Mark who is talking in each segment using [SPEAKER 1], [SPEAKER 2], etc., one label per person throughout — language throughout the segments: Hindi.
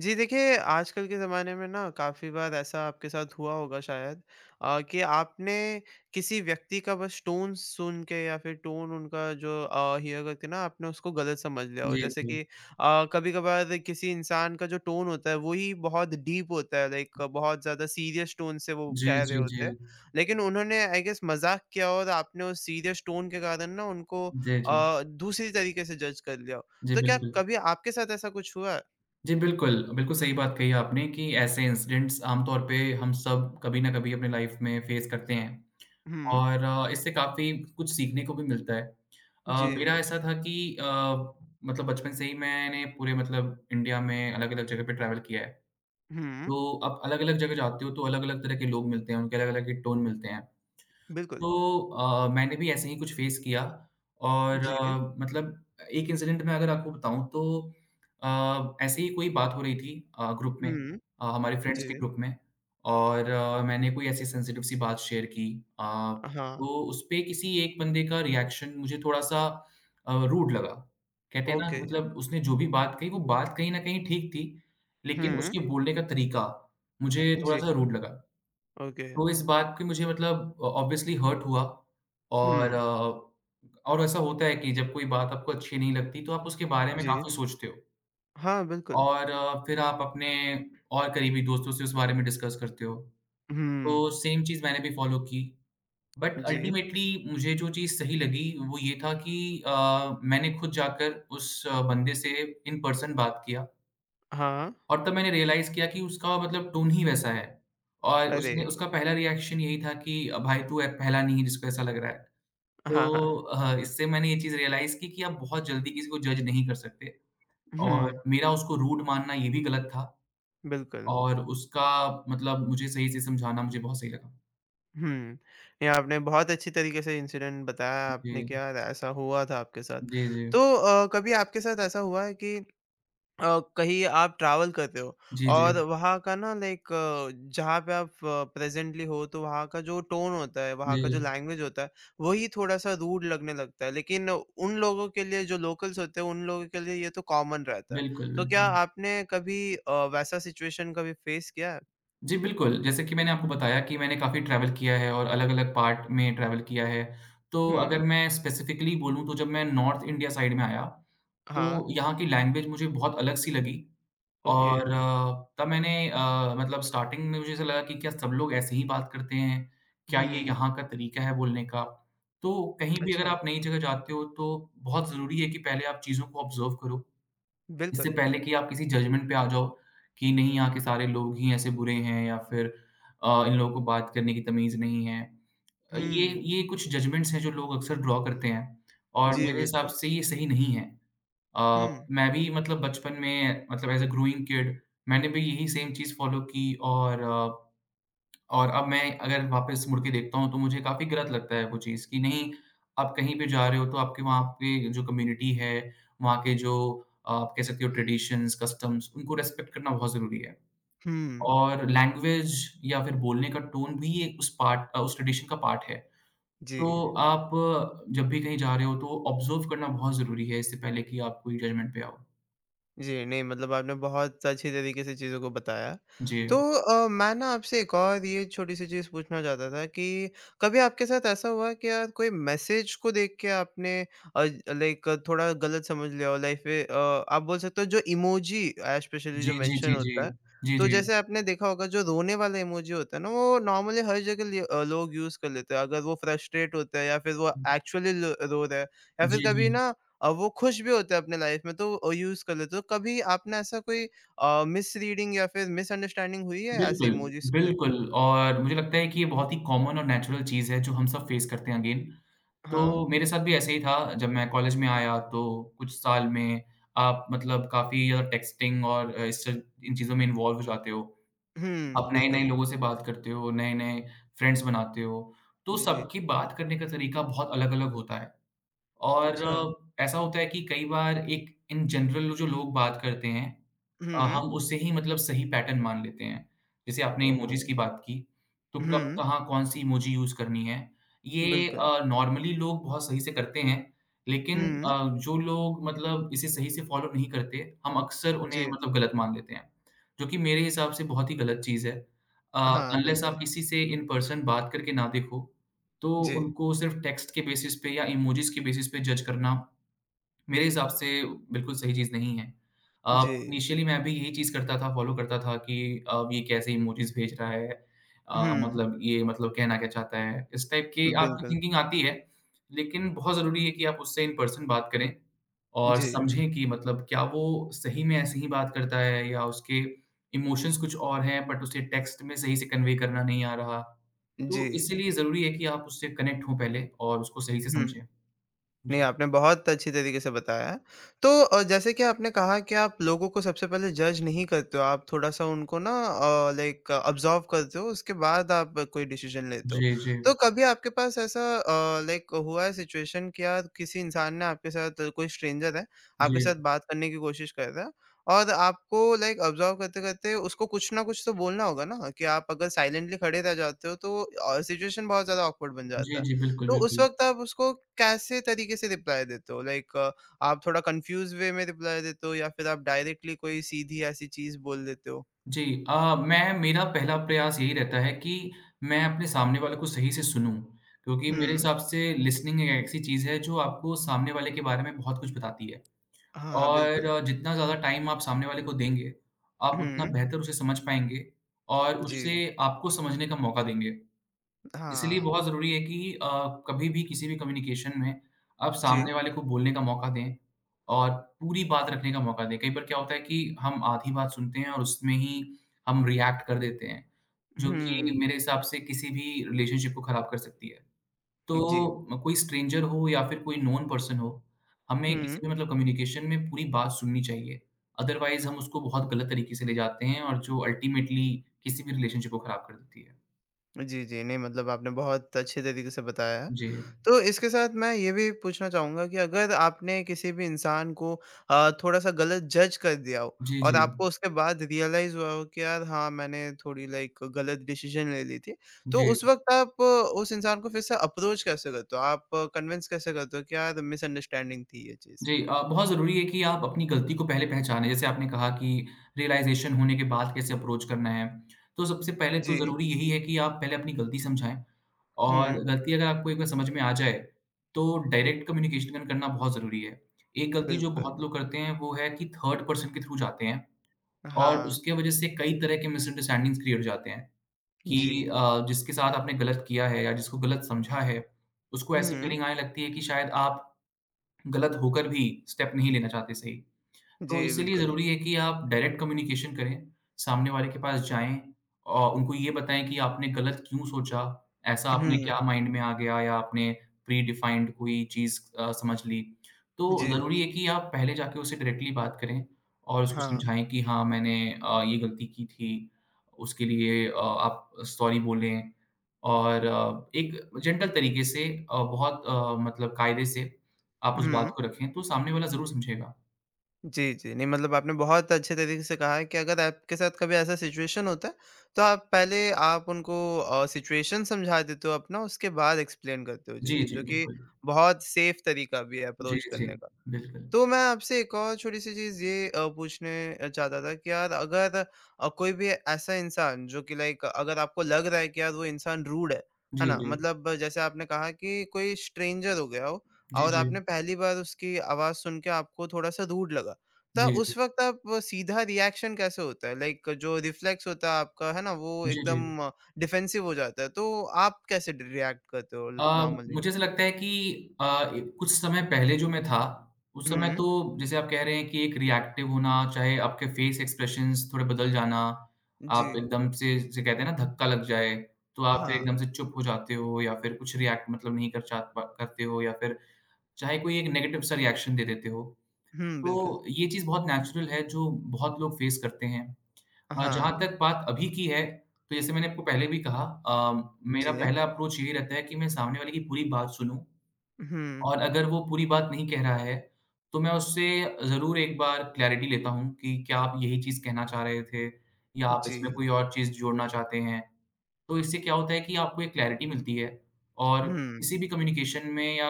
[SPEAKER 1] जी देखिए, आजकल के ज़माने में ना काफ़ी बार ऐसा आपके साथ हुआ होगा शायद कि आपने किसी व्यक्ति का बस टोन सुन के या फिर टोन उनका जो हियर करके ना आपने उसको गलत समझ लिया हो।
[SPEAKER 2] जी,
[SPEAKER 1] जैसे
[SPEAKER 2] जी।
[SPEAKER 1] कि कभी-कभार किसी इंसान का जो टोन होता है, वो ही बहुत डीप होता है लाइक बहुत ज़्यादा सीरियस टोन से वो
[SPEAKER 2] जी,
[SPEAKER 1] कह रहे
[SPEAKER 2] जी, जी।
[SPEAKER 1] होते हैं। लेकिन उन्होंने आई गेस मज़ाक किया और आपने उस सीरियस टोन के कारण ना उनको
[SPEAKER 2] जी, जी।
[SPEAKER 1] दूसरी तरीके से जज कर लिया हो।
[SPEAKER 2] जी,
[SPEAKER 1] तो क्या
[SPEAKER 2] बिल्कुल।
[SPEAKER 1] कभी आपके साथ ऐसा कुछ हुआ है?
[SPEAKER 2] जी, बिल्कुल, बिल्कुल सही बात कही आपने कि ऐसे इंसिडेंट्स आम तौर पे हम सब कभी ना कभी अपनी लाइफ़ में फेस करते हैं
[SPEAKER 1] हुँ।
[SPEAKER 2] और इससे काफ़ी कुछ सीखने को भी मिलता है।
[SPEAKER 1] जी।
[SPEAKER 2] मेरा ऐसा था कि अ, मतलब बचपन से ही मैंने पूरे मतलब इंडिया में अलग-अलग जगह पे ट्रैवल किया है।
[SPEAKER 1] हुँ,
[SPEAKER 2] तो आप अलग-अलग जगह जाते हो तो अलग-अलग तरह के लोग मिलते हैं, उनके अलग-अलग के टोन मिलते हैं।
[SPEAKER 1] बिल्कुल।
[SPEAKER 2] तो मैंने भी ऐसे ही कुछ फेस किया और
[SPEAKER 1] जी।
[SPEAKER 2] मतलब एक इंसिडेंट मैं अगर आपको बताऊँ तो ऐसे ही कोई बात हो रही थी ग्रुप में
[SPEAKER 1] हुँ,
[SPEAKER 2] हमारे फ्रेंड्स के
[SPEAKER 1] जी।
[SPEAKER 2] ग्रुप में और मैंने कोई ऐसी सेंसिटिव सी बात शेयर की अ,
[SPEAKER 1] हाँ,
[SPEAKER 2] तो उस पे किसी एक बंदे का रिएक्शन मुझे थोड़ा-सा रूड लगा। कहते हैं ना
[SPEAKER 1] ओके।
[SPEAKER 2] मतलब उसने जो भी बात कही वो बात कहीं न कहीं ठीक थी, लेकिन
[SPEAKER 1] हुँ,
[SPEAKER 2] उसके बोलने का तरीका मुझे
[SPEAKER 1] जी,
[SPEAKER 2] थोड़ा-सा रूड लगा।
[SPEAKER 1] ओके।
[SPEAKER 2] तो इस बात की मुझे मतलब ऑब्वियसली हर्ट हुआ और
[SPEAKER 1] हुँ,
[SPEAKER 2] और ऐसा होता है कि जब कोई बात आपको अच्छी नहीं लगती तो आप उसके बारे में हुँ।
[SPEAKER 1] जी।
[SPEAKER 2] काफ़ी सोचते हो
[SPEAKER 1] हाँ, बिल्कुल।
[SPEAKER 2] और फिर आप अपने और करीबी दोस्तों से उस बारे में डिस्कस करते हो।
[SPEAKER 1] हुँ,
[SPEAKER 2] तो सेम चीज़ मैंने भी फ़ॉलो की बट
[SPEAKER 1] जी।
[SPEAKER 2] अल्टीमेटली मुझे जो चीज़ सही लगी वो ये था कि अ, मैंने खुद जाकर उस बंदे से इन पर्सन बात किया।
[SPEAKER 1] हाँ,
[SPEAKER 2] और तब मैंने रियलाइज़ किया कि उसका मतलब टोन ही वैसा है और
[SPEAKER 1] अरे!
[SPEAKER 2] उसने उसका पहला रिएक्शन यही था कि भाई तू ए पहला नहीं है जिसको ऐसा लग रहा है।
[SPEAKER 1] हाँ,
[SPEAKER 2] तो
[SPEAKER 1] हाँ।
[SPEAKER 2] इससे मैंने ये चीज़ रियलाइज़ की कि आप बहुत जल्दी किसी को जज नहीं कर सकते और
[SPEAKER 1] हुँ,
[SPEAKER 2] मेरा उसको रूड मानना ये भी गलत था
[SPEAKER 1] बिल्कुल।
[SPEAKER 2] और उसका मतलब मुझे सही से समझाना मुझे बहुत सही लगा।
[SPEAKER 1] हुँ, ये आपने बहुत अच्छी तरीके से इंसिडेंट बताया आपने कि
[SPEAKER 2] जी।
[SPEAKER 1] यार ऐसा हुआ था आपके साथ।
[SPEAKER 2] जी, जी।
[SPEAKER 1] तो कभी आपके साथ ऐसा हुआ है कि कहीं आप ट्रैवल करते हो
[SPEAKER 2] जी, जी।
[SPEAKER 1] और वहाँ का ना लाइक जहाँ पे आप प्रेजेंटली हो तो वहाँ का जो टोन होता है वहाँ का जो
[SPEAKER 2] जी,
[SPEAKER 1] लैंग्वेज होता है वही थोड़ा सा रूड लगने लगता है लेकिन उन लोगों के लिए जो लोकल्स होते हैं उन लोगों के लिए ये तो कॉमन रहता है
[SPEAKER 2] बिल्कुल,
[SPEAKER 1] तो क्या
[SPEAKER 2] बिल्कुल।
[SPEAKER 1] आपने कभी वैसा सिचुएशन कभी फेस किया है।
[SPEAKER 2] जी, बिल्कुल। जैसे कि मैंने आपको बताया कि मैंने काफ़ी ट्रैवल किया है और अलग-अलग पार्ट में ट्रैवल किया है। तो
[SPEAKER 1] हुँ,
[SPEAKER 2] अगर मैं स्पेसिफ़िकली बोलूँ तो जब मैं नॉर्थ इंडिया साइड में आया,
[SPEAKER 1] हाँ,
[SPEAKER 2] तो यहाँ की लैंग्वेज मुझे बहुत अलग-सी लगी
[SPEAKER 1] ओके।
[SPEAKER 2] और तब मतलब स्टार्टिंग में मुझे ऐसा लगा कि क्या सब लोग ऐसे ही बात करते हैं? क्या ये
[SPEAKER 1] हुँ,
[SPEAKER 2] यहाँ का तरीका है बोलने का? तो कहीं भी अगर
[SPEAKER 1] अच्छा,
[SPEAKER 2] आप नई जगह जाते हो तो बहुत ज़रूरी है कि पहले आप चीज़ों को ऑब्ज़र्व करो। इससे
[SPEAKER 1] बिल्कुल।
[SPEAKER 2] पहले कि आप किसी जजमेंट पे आ जाओ कि नहीं यहाँ के सारे लोग ही ऐसे बुरे हैं या फिर इन लोगों को बात करने की तमीज़ नहीं है। अ, ये
[SPEAKER 1] हुँ,
[SPEAKER 2] ये कुछ जजमेंट्स हैं जो लोग अक्सर ड्रा करते हैं और
[SPEAKER 1] जी,
[SPEAKER 2] मेरे हिसाब
[SPEAKER 1] बिल्कुल।
[SPEAKER 2] से ये सही नहीं है।
[SPEAKER 1] हुँ,
[SPEAKER 2] मैं भी मतलब बचपन में मतलब एज़ अ ग्रोइंग किड मैंने भी यही सेम चीज़ फ़ॉलो की और अब मैं अगर वापस मुड़ के देखता हूँ, तो मुझे काफ़ी गलत लगता है वो चीज़ कि नहीं, आप कहीं पे जा रहे हो तो आपके वहाँ पे जो कम्युनिटी है, वहाँ के जो आप कह सकते हो ट्रेडिशंस, कस्टम्स उनको रिस्पेक्ट करना बहुत ज़रूरी है।
[SPEAKER 1] हुँ,
[SPEAKER 2] और लैंग्वेज या फिर बोलने का टोन भी ये उस उस ट्रेडिशन का पार्ट है।
[SPEAKER 1] जी।
[SPEAKER 2] तो आप जब भी कहीं जा रहे हो तो ऑब्ज़र्व करना बहुत ज़रूरी है इससे पहले कि आप कोई जजमेंट पे आओ।
[SPEAKER 1] जी, नहीं मतलब आपने बहुत अच्छी तरीके से चीज़ों को बताया।
[SPEAKER 2] जी।
[SPEAKER 1] तो मैं ना आपसे एक और ये छोटी-सी चीज़ पूछना चाहता था कि कभी आपके साथ ऐसा हुआ कि यार कोई मैसेज को देख के आपने अ, लाइक थोड़ा गलत समझ लिया हो लाइफ में, आप बोल सकते हो जो इमोजी स्पेशली
[SPEAKER 2] जी,
[SPEAKER 1] जो
[SPEAKER 2] जी,
[SPEAKER 1] मेंशन
[SPEAKER 2] जी, जी।
[SPEAKER 1] होता है,
[SPEAKER 2] जी,
[SPEAKER 1] तो
[SPEAKER 2] जी।
[SPEAKER 1] जैसे आपने देखा होगा जो रोने वाला इमोजी होता है ना वो नॉर्मली हर जगह लिए लोग यूज़ कर लेते हैं। अगर वो फ्रस्ट्रेट होता है या फिर वो एक्चुअली ल रो रहा है या फिर
[SPEAKER 2] जी, जी।
[SPEAKER 1] कभी ना वो खुश भी होते हैं अपने लाइफ में तो यूज़ कर लेते हो। तो कभी आपने ऐसा कोई मिसरीडिंग या फिर मिसअंडरस्टैंडिंग हुई है ऐसे
[SPEAKER 2] बिल्कुल,
[SPEAKER 1] इमोजीज़ को लेके?
[SPEAKER 2] बिल्कुल और मुझे लगता है कि ये बहुत ही कॉमन और नेचुरल चीज़ है जो हम सब फेस करते हैं अगेन। तो
[SPEAKER 1] हाँ।
[SPEAKER 2] मेरे साथ भी ऐसे ही था जब मैं कॉलेज में आया तो कुछ साल में आप मतलब काफ़ी टेक्स्टिंग और अ, इस च इन चीज़ों में इन्वॉल्व हो जाते हो। आप
[SPEAKER 1] हुँ,
[SPEAKER 2] नए-नए
[SPEAKER 1] बिल्कुल।
[SPEAKER 2] लोगों से बात करते हो, नए-नए फ्रेंड्स बनाते हो, तो
[SPEAKER 1] जी।
[SPEAKER 2] सबकी बात करने का तरीका बहुत अलग-अलग होता है। और
[SPEAKER 1] अच्छा।
[SPEAKER 2] ऐसा होता है कि कई बार एक इन जनरल जो लोग बात करते हैं
[SPEAKER 1] हुँ।
[SPEAKER 2] हम उससे ही मतलब सही पैटर्न मान लेते हैं। जैसे आपने इमोजीज़
[SPEAKER 1] ओह!
[SPEAKER 2] की बात की, तो कब
[SPEAKER 1] हुँ,
[SPEAKER 2] कहाँ कौन-सी इमोजी यूज़ करनी है, ये
[SPEAKER 1] बिल्कुल।
[SPEAKER 2] नॉर्मली लोग बहुत सही से करते हैं, लेकिन
[SPEAKER 1] हुँ।
[SPEAKER 2] जो लोग मतलब इसे सही से फ़ॉलो नहीं करते, हम अक्सर उन्हें
[SPEAKER 1] जी।
[SPEAKER 2] मतलब गलत मान लेते हैं, जो कि मेरे हिसाब से बहुत ही गलत चीज़ है। अ,
[SPEAKER 1] हाँ,
[SPEAKER 2] अनलेस आप
[SPEAKER 1] बिल्कुल।
[SPEAKER 2] किसी से इन पर्सन बात करके ना देखो तो
[SPEAKER 1] जी।
[SPEAKER 2] उनको सिर्फ़ टेक्स्ट के बेसिस पे या इमोजीज़ के बेसिस पे जज करना मेरे हिसाब से बिल्कुल सही चीज़ नहीं है। अ,
[SPEAKER 1] जी।
[SPEAKER 2] इनिशियली मैं भी यही चीज़ करता था, फ़ॉलो करता था कि अब ये कैसे इमोजीज़ भेज रहा है?
[SPEAKER 1] हुँ,
[SPEAKER 2] मतलब ये मतलब कहना क्या चाहता है? इस टाइप की
[SPEAKER 1] बिल्कुल।
[SPEAKER 2] आपकी थिंकिंग आती है, लेकिन बहुत ज़रूरी है कि आप उससे इन पर्सन बात करें और
[SPEAKER 1] जी।
[SPEAKER 2] समझें कि मतलब क्या वो सही में ऐसे ही बात करता है या उसके इमोशंस कुछ और हैं, बट उसे टेक्स्ट में सही से कन्वे करना नहीं आ रहा।
[SPEAKER 1] जी।
[SPEAKER 2] तो इसीलिए ज़रूरी है कि आप उससे कनेक्ट हों पहले और उसको सही से
[SPEAKER 1] हुँ।
[SPEAKER 2] समझें।
[SPEAKER 1] नहीं,
[SPEAKER 2] जी।
[SPEAKER 1] आपने बहुत अच्छी तरीके से बताया है। तो जैसे कि आपने कहा कि आप लोगों को सबसे पहले जज नहीं करते हो, आप थोड़ा-सा उनको ना लाइक ऑब्ज़र्व करते हो, उसके बाद आप कोई डिसीज़न लेते हो।
[SPEAKER 2] जी, जी।
[SPEAKER 1] तो कभी आपके पास ऐसा लाइक हुआ है सिचुएशन कि यार किसी इंसान ने आपके साथ कोई स्ट्रेंजर है, आपके साथ
[SPEAKER 2] जी।
[SPEAKER 1] बात करने की कोशिश कर रहा है और आपको लाइक ऑब्ज़र्व करते-करते उसको कुछ ना कुछ तो बोलना होगा ना? कि आप अगर साइलेंटली खड़े रह जाते हो तो सिचुएशन बहुत ज़्यादा ऑकवर्ड बन जाता
[SPEAKER 2] जी,
[SPEAKER 1] है।
[SPEAKER 2] जी, बिल्कुल,
[SPEAKER 1] तो उस
[SPEAKER 2] बिल्कुल।
[SPEAKER 1] वक़्त आप उसको कैसे तरीके से रिप्लाई देते हो? लाइक आप थोड़ा कन्फ्यूज़ वे में रिप्लाई देते हो या फिर आप डायरेक्टली कोई सीधी ऐसी चीज़ बोल देते हो?
[SPEAKER 2] जी, मैं मेरा पहला प्रयास यही रहता है कि मैं अपने सामने वाले को सही से सुनूँ, क्योंकि मेरे
[SPEAKER 1] हुँ।
[SPEAKER 2] हिसाब से लिसनिंग एक ऐसी चीज़ है जो आपको सामने वाले के बारे में बहुत कुछ बताती है।
[SPEAKER 1] हाँ, हाँ, बिल्कुल।
[SPEAKER 2] और जितना ज़्यादा टाइम आप सामने वाले को देंगे, आप उतना
[SPEAKER 1] हुँ,
[SPEAKER 2] बेहतर उसे समझ पाएँगे और
[SPEAKER 1] जी।
[SPEAKER 2] उससे आपको समझने का मौका देंगे। इसलिए
[SPEAKER 1] हाँ,
[SPEAKER 2] बहुत ज़रूरी है कि कभी भी किसी भी कम्युनिकेशन में आप
[SPEAKER 1] जी।
[SPEAKER 2] सामने वाले को बोलने का मौका दें और पूरी बात रखने का मौका दें। कई बार क्या होता है कि हम आधी बात सुनते हैं और उसमें ही हम रिएक्ट कर देते हैं, जो कि
[SPEAKER 1] हुँ,
[SPEAKER 2] मेरे हिसाब से किसी भी रिलेशनशिप को ख़राब कर सकती है।
[SPEAKER 1] जी।
[SPEAKER 2] तो कोई स्ट्रेंजर हो या फिर कोई नोन पर्सन हो, हमें
[SPEAKER 1] हुँ।
[SPEAKER 2] किसी भी मतलब कम्युनिकेशन में पूरी बात सुननी चाहिए। अदरवाइज़ हम उसको बहुत गलत तरीके से ले जाते हैं और जो अल्टीमेटली किसी भी रिलेशनशिप को ख़राब कर देती है।
[SPEAKER 1] जी, जी। नहीं मतलब आपने बहुत अच्छे तरीके से बताया है।
[SPEAKER 2] जी।
[SPEAKER 1] तो इसके साथ मैं ये भी पूछना चाहूँगा कि अगर आपने किसी भी इंसान को थोड़ा-सा गलत जज कर दिया हो
[SPEAKER 2] जी,
[SPEAKER 1] और
[SPEAKER 2] जी।
[SPEAKER 1] आपको उसके बाद रियलाइज़ हुआ हो कि यार हाँ, मैंने थोड़ी लाइक गलत डिसीज़न ले ली थी। तो
[SPEAKER 2] जी,
[SPEAKER 1] उस वक़्त आप उस इंसान को फिर से अप्रोच कैसे करते हो? आप कन्विंस कैसे करते हो कि यार मिसअंडरस्टैंडिंग थी ये चीज़?
[SPEAKER 2] जी अ, बहुत ज़रूरी है कि आप अपनी गलती को पहले पहचानें। जैसे आपने कहा कि रियलाइज़ेशन होने के बाद कैसे अप्रोच करना है। तो सबसे पहले तो
[SPEAKER 1] जी।
[SPEAKER 2] ज़रूरी यही है कि आप पहले अपनी गलती समझाएँ
[SPEAKER 1] हुँ,
[SPEAKER 2] और गलती अगर आपको एक बार समझ में आ जाए, तो डायरेक्ट कम्युनिकेशन करना बहुत ज़रूरी है। एक गलती जो
[SPEAKER 1] बिल्कुल।
[SPEAKER 2] बहुत लोग करते हैं वो है कि थर्ड पर्सन के थ्रू जाते हैं और
[SPEAKER 1] हाँ,
[SPEAKER 2] उसके वज़ह से कई तरह के मिसअंडरस्टैंडिंग्स क्रिएट हो जाते हैं
[SPEAKER 1] जी।
[SPEAKER 2] कि जिसके साथ आपने गलत किया है या जिसको गलत समझा है, उसको ऐसी
[SPEAKER 1] हुँ,
[SPEAKER 2] फीलिंग आने लगती है कि शायद आप गलत होकर भी स्टेप नहीं लेना चाहते सही।
[SPEAKER 1] जी
[SPEAKER 2] तो इसीलिए
[SPEAKER 1] बिल्कुल।
[SPEAKER 2] ज़रूरी है कि आप डायरेक्ट कम्युनिकेशन करें, सामने वाले के पास जाएँ और उनको ये बताएँ कि आपने गलत क्यों सोचा, ऐसा आपने
[SPEAKER 1] हुँ,
[SPEAKER 2] क्या माइंड में आ गया या आपने प्री-डिफाइंड कोई चीज़ समझ ली। तो
[SPEAKER 1] जी।
[SPEAKER 2] ज़रूरी है कि आप पहले जाके उससे डायरेक्टली बात करें और उसको
[SPEAKER 1] हाँ,
[SPEAKER 2] समझाएँ कि हाँ, मैंने ये गलती की थी, उसके लिए आप सॉरी बोलें और एक जेंटल तरीके से मतलब कायदे से आप उस बात
[SPEAKER 1] हुँ।
[SPEAKER 2] को रखें, तो सामने वाला ज़रूर समझेगा।
[SPEAKER 1] जी, जी। नहीं मतलब आपने बहुत अच्छे तरीके से कहा है कि अगर आपके साथ कभी ऐसा सिचुएशन होता है, तो आप पहले आप उनको सिचुएशन समझा देते हो अपना उसके बाद एक्सप्लेन करते हो
[SPEAKER 2] जी,
[SPEAKER 1] चीज़ें,
[SPEAKER 2] जी,
[SPEAKER 1] जो कि
[SPEAKER 2] बिल्कुल।
[SPEAKER 1] बहुत सेफ़ तरीका भी है
[SPEAKER 2] जी,
[SPEAKER 1] अप्रोच
[SPEAKER 2] जी,
[SPEAKER 1] करने का।
[SPEAKER 2] बिल्कुल।
[SPEAKER 1] तो मैं आपसे एक और छोटी-सी चीज़ ये पूछने चाहता था कि यार अगर कोई भी ऐसा इंसान जो कि लाइक अगर आपको लग रहा है कि यार वो इंसान रूड
[SPEAKER 2] जी,
[SPEAKER 1] है ना?
[SPEAKER 2] जी।
[SPEAKER 1] मतलब जैसे आपने कहा कि कोई स्ट्रेंजर हो गया हो
[SPEAKER 2] जी,
[SPEAKER 1] और
[SPEAKER 2] जी।
[SPEAKER 1] आपने पहली बार उसकी आवाज़ सुन के आपको थोड़ा-सा रूड लगा। तो
[SPEAKER 2] जी,
[SPEAKER 1] उस वक़्त आप सीधा रिएक्शन कैसे होता है? लाइक जो रिफ्लेक्स होता है आपका, है ना? वो
[SPEAKER 2] जी, जी।
[SPEAKER 1] एकदम डिफेंसिव हो जाता है। तो आप कैसे ड रिएक्ट करते हो
[SPEAKER 2] अ,
[SPEAKER 1] नॉर्मली?
[SPEAKER 2] मुझे ऐसा लगता है कि अ, ए कुछ समय पहले जो मैं था, उस समय
[SPEAKER 1] हुँ,
[SPEAKER 2] तो जैसे आप कह रहे हैं कि एक रिएक्टिव होना, चाहे आपके फेस एक्सप्रेशंस थोड़े बदल जाना,
[SPEAKER 1] जी।
[SPEAKER 2] आप एकदम से जिसे कहते हैं ना धक्का लग जाए, तो आप फिर
[SPEAKER 1] हाँ।
[SPEAKER 2] एकदम से चुप हो जाते हो या फिर कुछ रिएक्ट मतलब नहीं कर चाह प करते हो या फिर चाहे कोई एक नेगेटिव सा रिएक्शन दे देते हो।
[SPEAKER 1] हुँ,
[SPEAKER 2] तो
[SPEAKER 1] बिल्कुल।
[SPEAKER 2] ये चीज़ बहुत नेचुरल है जो बहुत लोग फेस करते हैं। जहाँ
[SPEAKER 1] हाँ।
[SPEAKER 2] तक बात अभी की है, तो जैसे मैंने आपको पहले भी कहा मेरा
[SPEAKER 1] जी।
[SPEAKER 2] पहला अप्रोच यही रहता है कि मैं सामने वाले की पूरी बात सुनूँ
[SPEAKER 1] हुँ,
[SPEAKER 2] और अगर वो पूरी बात नहीं कह रहा है, तो मैं उससे ज़रूर एक बार क्लैरिटी लेता हूँ कि क्या आप यही चीज़ कहना चाह रहे थे या आप इसमें
[SPEAKER 1] जी।
[SPEAKER 2] कोई और चीज़ जोड़ना चाहते हैं। तो इससे क्या होता है कि आपको एक क्लैरिटी मिलती है और
[SPEAKER 1] हुँ,
[SPEAKER 2] किसी भी कम्युनिकेशन में या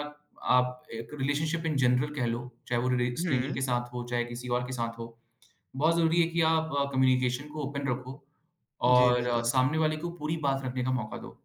[SPEAKER 2] आप एक रिलेशनशिप इन जनरल कह लो, चाहे वो रि स्ट्रेंजर
[SPEAKER 1] हुँ।
[SPEAKER 2] के साथ हो, चाहे किसी और के साथ हो, बहुत ज़रूरी है कि आप कम्युनिकेशन को ओपन रखो
[SPEAKER 1] जी,
[SPEAKER 2] और
[SPEAKER 1] बिल्कुल।
[SPEAKER 2] सामने वाले को पूरी बात रखने का मौका दो।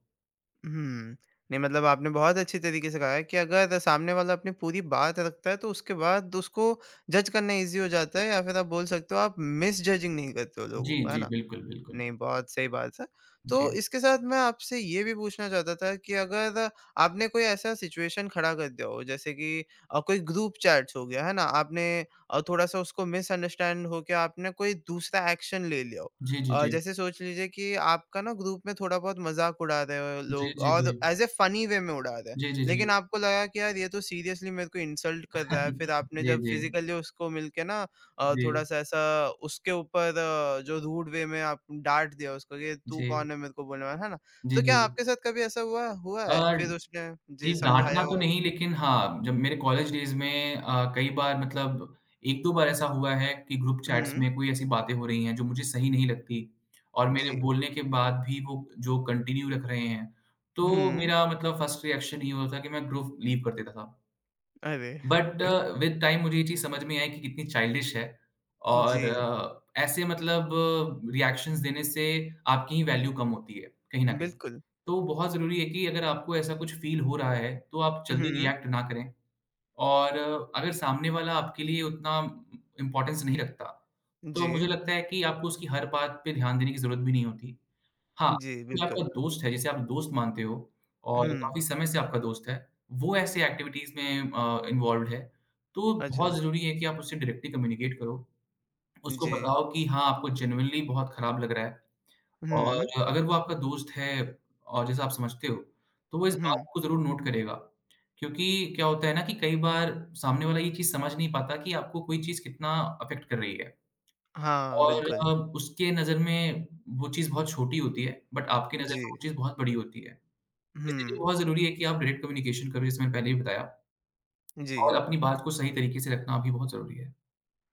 [SPEAKER 1] हुँ। नहीं मतलब आपने बहुत अच्छी तरीके से कहा है कि अगर सामने वाला अपनी पूरी बात रखता है तो उसके बाद उसको जज करना ईज़ी हो जाता है या फिर आप बोल सकते हो आप मिसजजिंग नहीं करते हो लोगों
[SPEAKER 2] जी,
[SPEAKER 1] को, है
[SPEAKER 2] जी,
[SPEAKER 1] ना?
[SPEAKER 2] बिल्कुल, बिल्कुल।
[SPEAKER 1] नहीं, बहुत सही बात है।
[SPEAKER 2] जी।
[SPEAKER 1] तो इसके साथ मैं आपसे ये भी पूछना चाहता था कि अगर आपने कोई ऐसा सिचुएशन खड़ा कर दिया हो जैसे कि कोई ग्रुप चैट्स हो गया, है ना? आपने थोड़ा-सा उसको मिसअंडरस्टैंड हो के आपने कोई दूसरा एक्शन ले लिया हो।
[SPEAKER 2] जी, जी, जी।
[SPEAKER 1] जैसे सोच लीजिए कि आपका ना ग्रुप में थोड़ा-बहुत मज़ाक उड़ा रहे हो
[SPEAKER 2] जी,
[SPEAKER 1] लोग
[SPEAKER 2] जी,
[SPEAKER 1] और
[SPEAKER 2] जी।
[SPEAKER 1] एज़ ए फ़नी वे में उड़ा रहे हैं।
[SPEAKER 2] जी, जी,
[SPEAKER 1] लेकिन
[SPEAKER 2] जी।
[SPEAKER 1] आपको लगा कि यार ये तो सीरियसली मेरे को इंसल्ट कर रहा है। फिर आपने
[SPEAKER 2] जी,
[SPEAKER 1] जब
[SPEAKER 2] जी।
[SPEAKER 1] फिज़िकली उसको मिलके ना
[SPEAKER 2] जी।
[SPEAKER 1] थोड़ा-सा ऐसा उसके ऊपर जो रूड वे में आप डाँट दिया उसको कि तू
[SPEAKER 2] जी, जी।
[SPEAKER 1] कौन है मेरे को बोलने वाला, है ना? तो
[SPEAKER 2] जी, जी।
[SPEAKER 1] क्या आपके साथ कभी ऐसा हुआ हुआ है?
[SPEAKER 2] और
[SPEAKER 1] फिर उसने जी,
[SPEAKER 2] जी,
[SPEAKER 1] समझाया
[SPEAKER 2] डाँटना तो
[SPEAKER 1] हो
[SPEAKER 2] नहीं
[SPEAKER 1] आपको?
[SPEAKER 2] लेकिन हाँ, जब मेरे कॉलेज डेज़ में कई बार मतलब 1-2 बार ऐसा हुआ है कि ग्रुप चैट्स
[SPEAKER 1] हुँ,
[SPEAKER 2] में कोई ऐसी बातें हो रही हैं जो मुझे सही नहीं लगती और
[SPEAKER 1] जी।
[SPEAKER 2] मेरे बोलने के बाद भी वो जो कंटिन्यू रख रहे हैं, तो
[SPEAKER 1] हुँ,
[SPEAKER 2] मेरा मतलब फर्स्ट रिएक्शन ये होता था कि मैं ग्रुप लीव कर देता था।
[SPEAKER 1] अरे!
[SPEAKER 2] बट विद टाइम मुझे ये चीज़ समझ में आई कि कितनी चाइल्डिश है और
[SPEAKER 1] जी,
[SPEAKER 2] ऐसे मतलब रिएक्शंस देने से आपकी ही वैल्यू कम होती है, कहीं न कहीं।
[SPEAKER 1] बिल्कुल।
[SPEAKER 2] तो बहुत ज़रूरी है कि अगर आपको ऐसा कुछ फ़ील हो रहा है, तो आप जल्दी
[SPEAKER 1] हुँ,
[SPEAKER 2] रिएक्ट ना करें और अगर सामने वाला आपके लिए उतना इम्पोर्टेंस नहीं रखता, तो जी।
[SPEAKER 1] जी,
[SPEAKER 2] मुझे लगता है कि आपको उसकी हर बात पे ध्यान देने की ज़रूरत भी नहीं होती। हाँ,
[SPEAKER 1] जी,
[SPEAKER 2] कोई आपका
[SPEAKER 1] बिल्कुल।
[SPEAKER 2] दोस्त है जिसे आप दोस्त मानते हो और
[SPEAKER 1] हुँ,
[SPEAKER 2] काफ़ी समय से आपका दोस्त है, वो ऐसे एक्टिविटीज़ में इन्वॉल्व्ड है, तो बहुत
[SPEAKER 1] अच्छा,
[SPEAKER 2] ज़रूरी है कि आप उससे डायरेक्टली कम्युनिकेट करो। उसको
[SPEAKER 1] जी।
[SPEAKER 2] बताओ कि हाँ, आपको जेनुइनली बहुत खराब लग रहा है
[SPEAKER 1] हुँ,
[SPEAKER 2] और अगर वो आपका दोस्त है और जैसा आप समझते हो, तो वो इस
[SPEAKER 1] हुँ।
[SPEAKER 2] बात को ज़रूर नोट करेगा। क्योंकि क्या होता है ना कि कई बार सामने वाला ये चीज़ समझ नहीं पाता कि आपको कोई चीज़ कितना अफ़ेक्ट कर रही है।
[SPEAKER 1] हाँ,
[SPEAKER 2] और
[SPEAKER 1] बिल्कुल।
[SPEAKER 2] उसके नज़र में वो चीज़ बहुत छोटी होती है, बट आपकी नज़र
[SPEAKER 1] जी,
[SPEAKER 2] में वो चीज़ बहुत बड़ी होती है। इसीलिए
[SPEAKER 1] हुँ,
[SPEAKER 2] बहुत ज़रूरी है कि आप डायरेक्ट कम्युनिकेशन करो, जैसे मैंने पहले भी बताया
[SPEAKER 1] जी।
[SPEAKER 2] और अपनी बात को सही तरीके से रखना भी बहुत ज़रूरी है।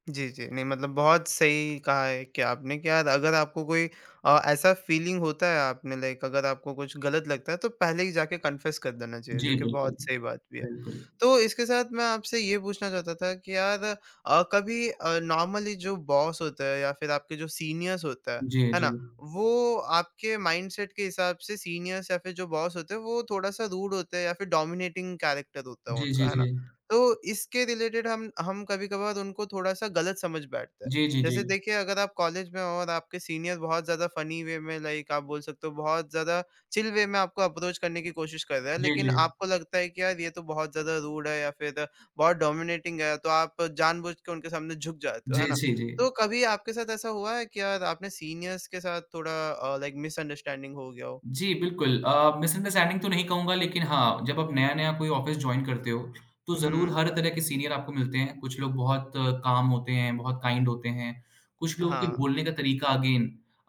[SPEAKER 1] जी, जी। नहीं मतलब बहुत सही कहा है कि आपने कि यार अगर आपको कोई ऐसा फीलिंग होता है आप में लाइक अगर आपको कुछ गलत लगता है तो पहले ही जाके कन्फेस कर देना चाहिए,
[SPEAKER 2] जी,
[SPEAKER 1] जो कि
[SPEAKER 2] बिल्कुल।
[SPEAKER 1] बहुत सही बात भी है।
[SPEAKER 2] बिल्कुल।
[SPEAKER 1] तो इसके साथ मैं आपसे ये पूछना चाहता था कि यार कभी नॉर्मली जो बॉस होता है या फिर आपके जो सीनियर्स होता
[SPEAKER 2] जी,
[SPEAKER 1] है
[SPEAKER 2] जी।
[SPEAKER 1] ना? वो आपके माइंडसेट के हिसाब से सीनियर्स या फिर जो बॉस होते हैं वो थोड़ा-सा रूड होते हैं या फिर डोमिनेटिंग कैरेक्टर होता है
[SPEAKER 2] जी,
[SPEAKER 1] उनका,
[SPEAKER 2] जी,
[SPEAKER 1] है ना?
[SPEAKER 2] जी।
[SPEAKER 1] तो इसके रिलेटेड हम कभी-कभार उनको थोड़ा-सा गलत समझ बैठते हैं।
[SPEAKER 2] जी, जी, जी।
[SPEAKER 1] जैसे देखिए अगर आप कॉलेज में हो और आपके सीनियर बहुत ज़्यादा फ़नी वे में लाइक आप बोल सकते हो बहुत ज़्यादा चिल वे में आपको अप्रोच करने की कोशिश कर रहा है,
[SPEAKER 2] जी,
[SPEAKER 1] लेकिन
[SPEAKER 2] जी।
[SPEAKER 1] आपको लगता है कि यार ये तो बहुत ज़्यादा रूड है या फिर बहुत डोमिनेटिंग है, तो आप जानबूझ के उनके सामने झुक जाते हो,
[SPEAKER 2] जी,
[SPEAKER 1] है ना?
[SPEAKER 2] जी, जी।
[SPEAKER 1] तो कभी आपके साथ ऐसा हुआ है कि यार आपने सीनियर्स के साथ थोड़ा लाइक मिसअंडरस्टैंडिंग हो गया हो?
[SPEAKER 2] जी, बिल्कुल मिसअंडरस्टैंडिंग तो नहीं कहूँगा लेकिन हाँ, जब आप नया-नया कोई ऑफ़िस जॉइन करते हो, तो ज़रूर
[SPEAKER 1] हुँ,
[SPEAKER 2] हर तरह के सीनियर आपको मिलते हैं। कुछ लोग बहुत काम होते हैं, बहुत काइंड होते हैं। कुछ लोगों के
[SPEAKER 1] हाँ,
[SPEAKER 2] बोलने का तरीका अगेन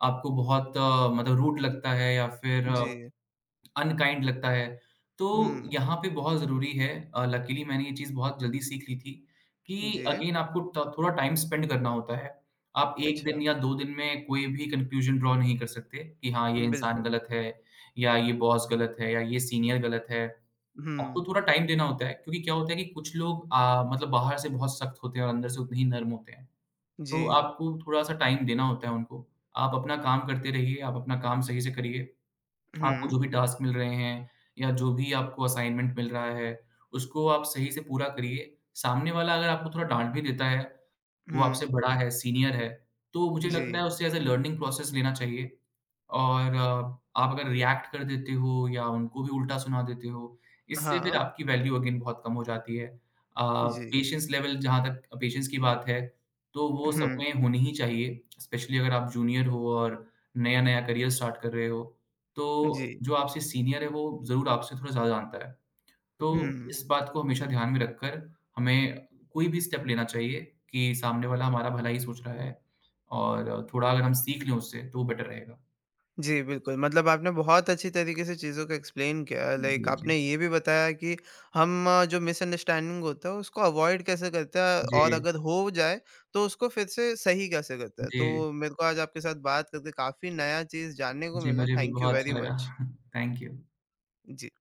[SPEAKER 2] आपको बहुत मतलब रूड लगता है या फिर
[SPEAKER 1] जी।
[SPEAKER 2] अनकाइंड लगता है। तो
[SPEAKER 1] हुँ,
[SPEAKER 2] यहाँ पे बहुत ज़रूरी है लकीली मैंने ये चीज़ बहुत जल्दी सीख ली थी कि
[SPEAKER 1] जी,
[SPEAKER 2] अगेन आपको ट थोड़ा टाइम स्पेंड करना होता है। आप 1
[SPEAKER 1] अच्छा,
[SPEAKER 2] दिन या 2 दिन में कोई भी कन्क्लूज़न ड्रॉ नहीं कर सकते कि हाँ, ये इंसान
[SPEAKER 1] बिल्कुल,
[SPEAKER 2] गलत है या ये बॉस गलत है या ये सीनियर गलत है। आपको
[SPEAKER 1] हुँ।
[SPEAKER 2] थोड़ा टाइम देना होता है क्योंकि क्या होता है कि कुछ लोग मतलब बाहर से बहुत सख्त होते हैं और अंदर से उतने ही नर्म होते हैं।
[SPEAKER 1] जी।
[SPEAKER 2] तो आपको थोड़ा-सा टाइम देना होता है उनको। आप अपना काम करते रहिए, आप अपना काम सही से करिए। आपको
[SPEAKER 1] हुँ,
[SPEAKER 2] जो भी टास्क मिल रहे हैं या जो भी आपको असाइनमेंट मिल रहा है, उसको आप सही से पूरा करिए। सामने वाला अगर आपको थोड़ा डाँट भी देता है, वो
[SPEAKER 1] हुँ,
[SPEAKER 2] आपसे बड़ा है, सीनियर है, तो मुझे लगता
[SPEAKER 1] जी।
[SPEAKER 2] है उसे एज़ अ लर्निंग प्रोसेस लेना चाहिए और आप अगर रिएक्ट कर देते हो या उनको भी उल्टा सुना देते हो, इससे फिर
[SPEAKER 1] हाँ,
[SPEAKER 2] आपकी वैल्यू अगेन बहुत कम हो जाती है।
[SPEAKER 1] जी।
[SPEAKER 2] पेशेंस लेवल जहाँ तक पेशेंस की बात है, तो वो सब
[SPEAKER 1] हुँ,
[SPEAKER 2] में होनी ही चाहिए, स्पेशली अगर आप जूनियर हो और नया-नया करियर स्टार्ट कर रहे हो, तो
[SPEAKER 1] जी।
[SPEAKER 2] जो आपसे सीनियर है, वो ज़रूर आपसे थोड़ा ज़्यादा जानता है। तो
[SPEAKER 1] हुँ।
[SPEAKER 2] इस बात को हमेशा ध्यान में रखकर हमें कोई भी स्टेप लेना चाहिए कि सामने वाला हमारा भला ही सोच रहा है और थोड़ा अगर हम सीख लें उससे तो वो बेटर रहेगा।
[SPEAKER 1] जी, बिल्कुल, मतलब आपने बहुत अच्छी तरीके से चीज़ों को एक्सप्लेन किया, लाइक
[SPEAKER 2] जी,
[SPEAKER 1] आपने
[SPEAKER 2] जी।
[SPEAKER 1] ये भी बताया कि हम जो मिसअंडरस्टैंडिंग होता है, उसको अवॉइड कैसे करते हैं
[SPEAKER 2] जी,
[SPEAKER 1] और अगर हो जाए, तो उसको फिर से सही कैसे करते हैं।
[SPEAKER 2] जी,
[SPEAKER 1] तो मेरे को आज आपके साथ बात करके काफ़ी नया चीज़ जानने को
[SPEAKER 2] जी
[SPEAKER 1] मिला।
[SPEAKER 2] मुझे भी
[SPEAKER 1] थैंक यू
[SPEAKER 2] बहुत
[SPEAKER 1] वेरी
[SPEAKER 2] अच्छा
[SPEAKER 1] मच।
[SPEAKER 2] लगा। Thank you.
[SPEAKER 1] जी।